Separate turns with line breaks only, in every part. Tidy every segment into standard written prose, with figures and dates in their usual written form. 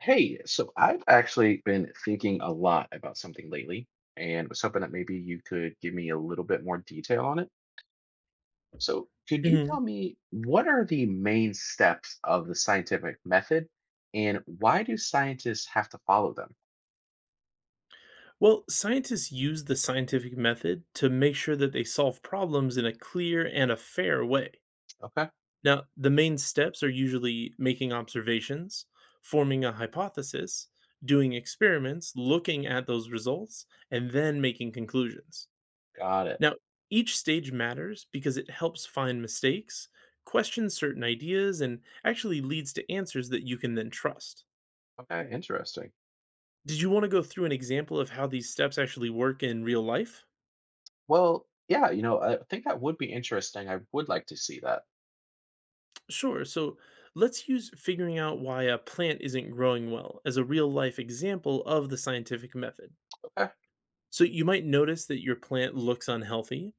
Hey, so I've actually been thinking a lot about something lately and was hoping that maybe you could give me a little bit more detail on it. So, could you
hmm
tell me what are the main steps of the scientific method and why do scientists have to follow them?
Well, scientists use the scientific method to make sure that they solve problems in a clear and a fair way.
Okay,
Now, the main steps are usually making observations, forming a hypothesis, doing experiments, looking at those results, and then making conclusions.
got it.
Now, each stage matters because it helps find mistakes, question certain ideas, and actually leads to answers that you can then trust.
Okay, interesting.
Did you want to go through an example of how these steps actually work in real life?
Well, yeah, I think that would be interesting. I would like to see that.
Sure. So let's use figuring out why a plant isn't growing well as a real life example of the scientific method.
Okay.
So you might notice that your plant looks unhealthy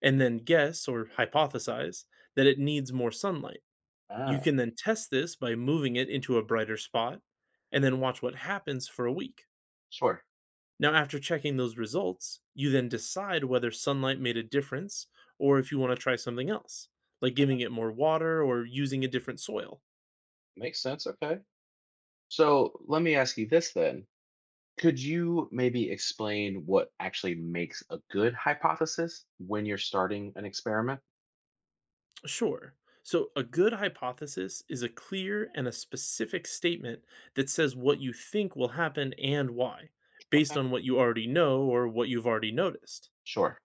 and then guess or hypothesize that it needs more sunlight. You
Ah,
can then test this by moving it into a brighter spot and then watch what happens for a week.
sure.
Now, after checking those results, you then decide whether sunlight made a difference or if you want to try something else, like giving it more water or using a different soil.
Makes sense. Okay. So, let me ask you this then. Could you maybe explain what actually makes a good hypothesis when you're starting an experiment?
Sure. So, a good hypothesis is a clear and a specific statement that says what you think will happen and why, based
Okay.
on what you already know or what you've already noticed.
Sure,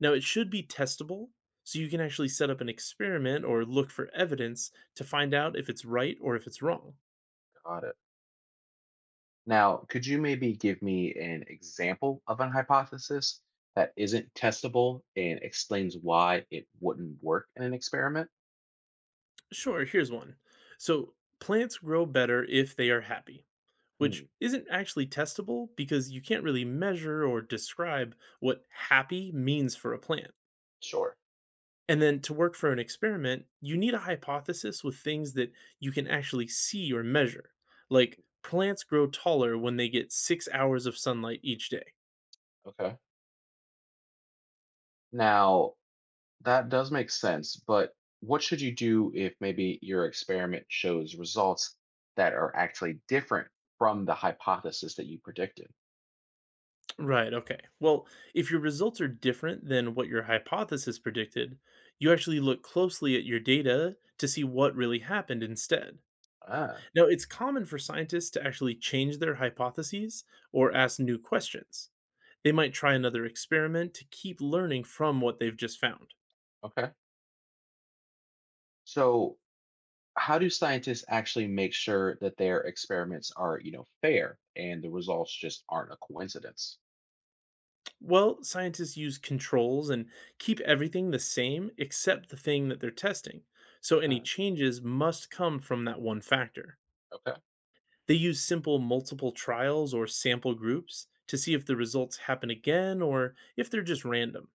Now, it should be testable, so you can actually set up an experiment or look for evidence to find out if it's right or if it's wrong.
got it. Now, could you maybe give me an example of an hypothesis that isn't testable and explains why it wouldn't work in an experiment?
Sure, here's one. So, plants grow better if they are happy,
Mm,
which isn't actually testable because you can't really measure or describe what happy means for a plant.
sure.
And then to work for an experiment, you need a hypothesis with things that you can actually see or measure, like plants grow taller when they get 6 hours of sunlight each day.
Okay. Now, that does make sense, but what should you do if maybe your experiment shows results that are actually different from the hypothesis that you predicted?
Right, okay. Well, if your results are different than what your hypothesis predicted, you actually look closely at your data to see what really happened instead.
Ah.
Now, it's common for scientists to actually change their hypotheses or ask new questions. They might try another experiment to keep learning from what they've just found.
Okay. So, how do scientists actually make sure that their experiments are, fair and the results just aren't a coincidence?
Well, scientists use controls and keep everything the same except the thing that they're testing. So any
Ah,
changes must come from that one factor.
okay,
They use simple multiple trials or sample groups to see if the results happen again or if they're just random.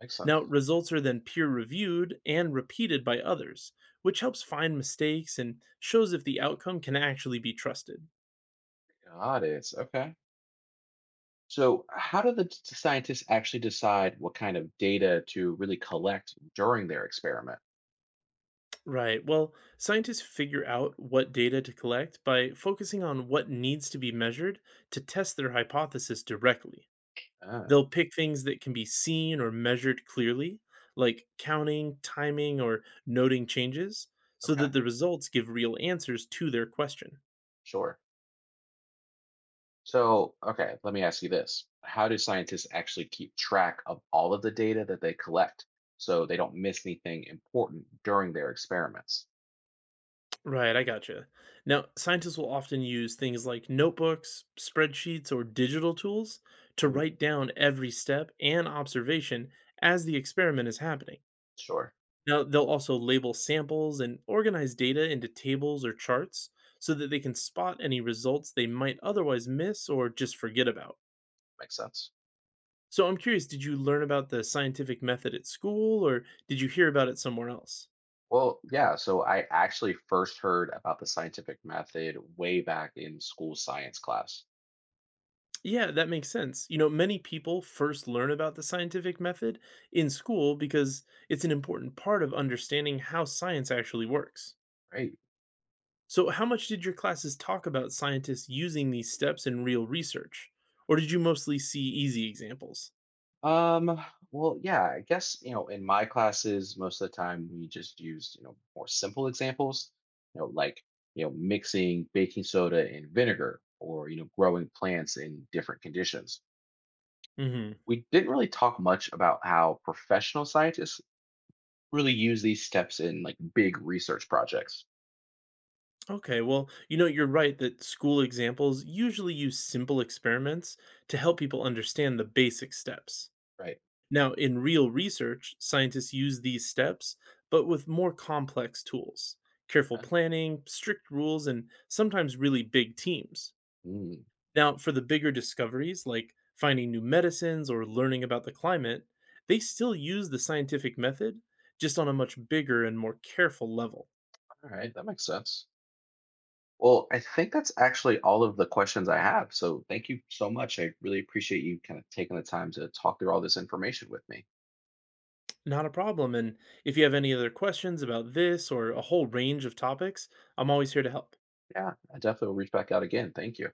makes sense.
Now, results are then peer reviewed and repeated by others, which helps find mistakes and shows if the outcome can actually be trusted.
Got it. Okay. So, how do the scientists actually decide what kind of data to really collect during their experiment?
Right. Well, scientists figure out what data to collect by focusing on what needs to be measured to test their hypothesis directly.
Ah,
They'll pick things that can be seen or measured clearly, like counting, timing, or noting changes, so
okay,
that the results give real answers to their question.
sure. So, okay, let me ask you this: how do scientists actually keep track of all of the data that they collect so they don't miss anything important during their experiments?
Right, I gotcha. Now, scientists will often use things like notebooks, spreadsheets, or digital tools to write down every step and observation as the experiment is happening.
Sure.
Now, they'll also label samples and organize data into tables or charts so that they can spot any results they might otherwise miss or just forget about.
Makes sense.
So, I'm curious, did you learn about the scientific method at school or did you hear about it somewhere else?
Well, yeah. So I actually first heard about the scientific method way back in school science class.
Yeah, that makes sense. You know, many people first learn about the scientific method in school because it's an important part of understanding how science actually works.
Right?
So, how much did your classes talk about scientists using these steps in real research? Or did you mostly see easy examples?
Um, well, yeah, I guess, in my classes, most of the time we just used, more simple examples, like, mixing baking soda and vinegar or, growing plants in different conditions.
hmm
We didn't really talk much about how professional scientists really use these steps in like big research projects.
Okay, well, you know, you're right that school examples usually use simple experiments to help people understand the basic steps.
Right.
Now, in real research, scientists use these steps, but with more complex tools, careful
Huh?
planning, strict rules, and sometimes really big teams. Now, for the bigger discoveries like finding new medicines or learning about the climate, they still use the scientific method, just on a much bigger and more careful level.
All right, that makes sense. Well, I think that's actually all of the questions I have. So thank you so much. I really appreciate you kind of taking the time to talk through all this information with me.
Not a problem. And if you have any other questions about this or a whole range of topics, I'm always here to help.
Yeah, I definitely will reach back out again. Thank you.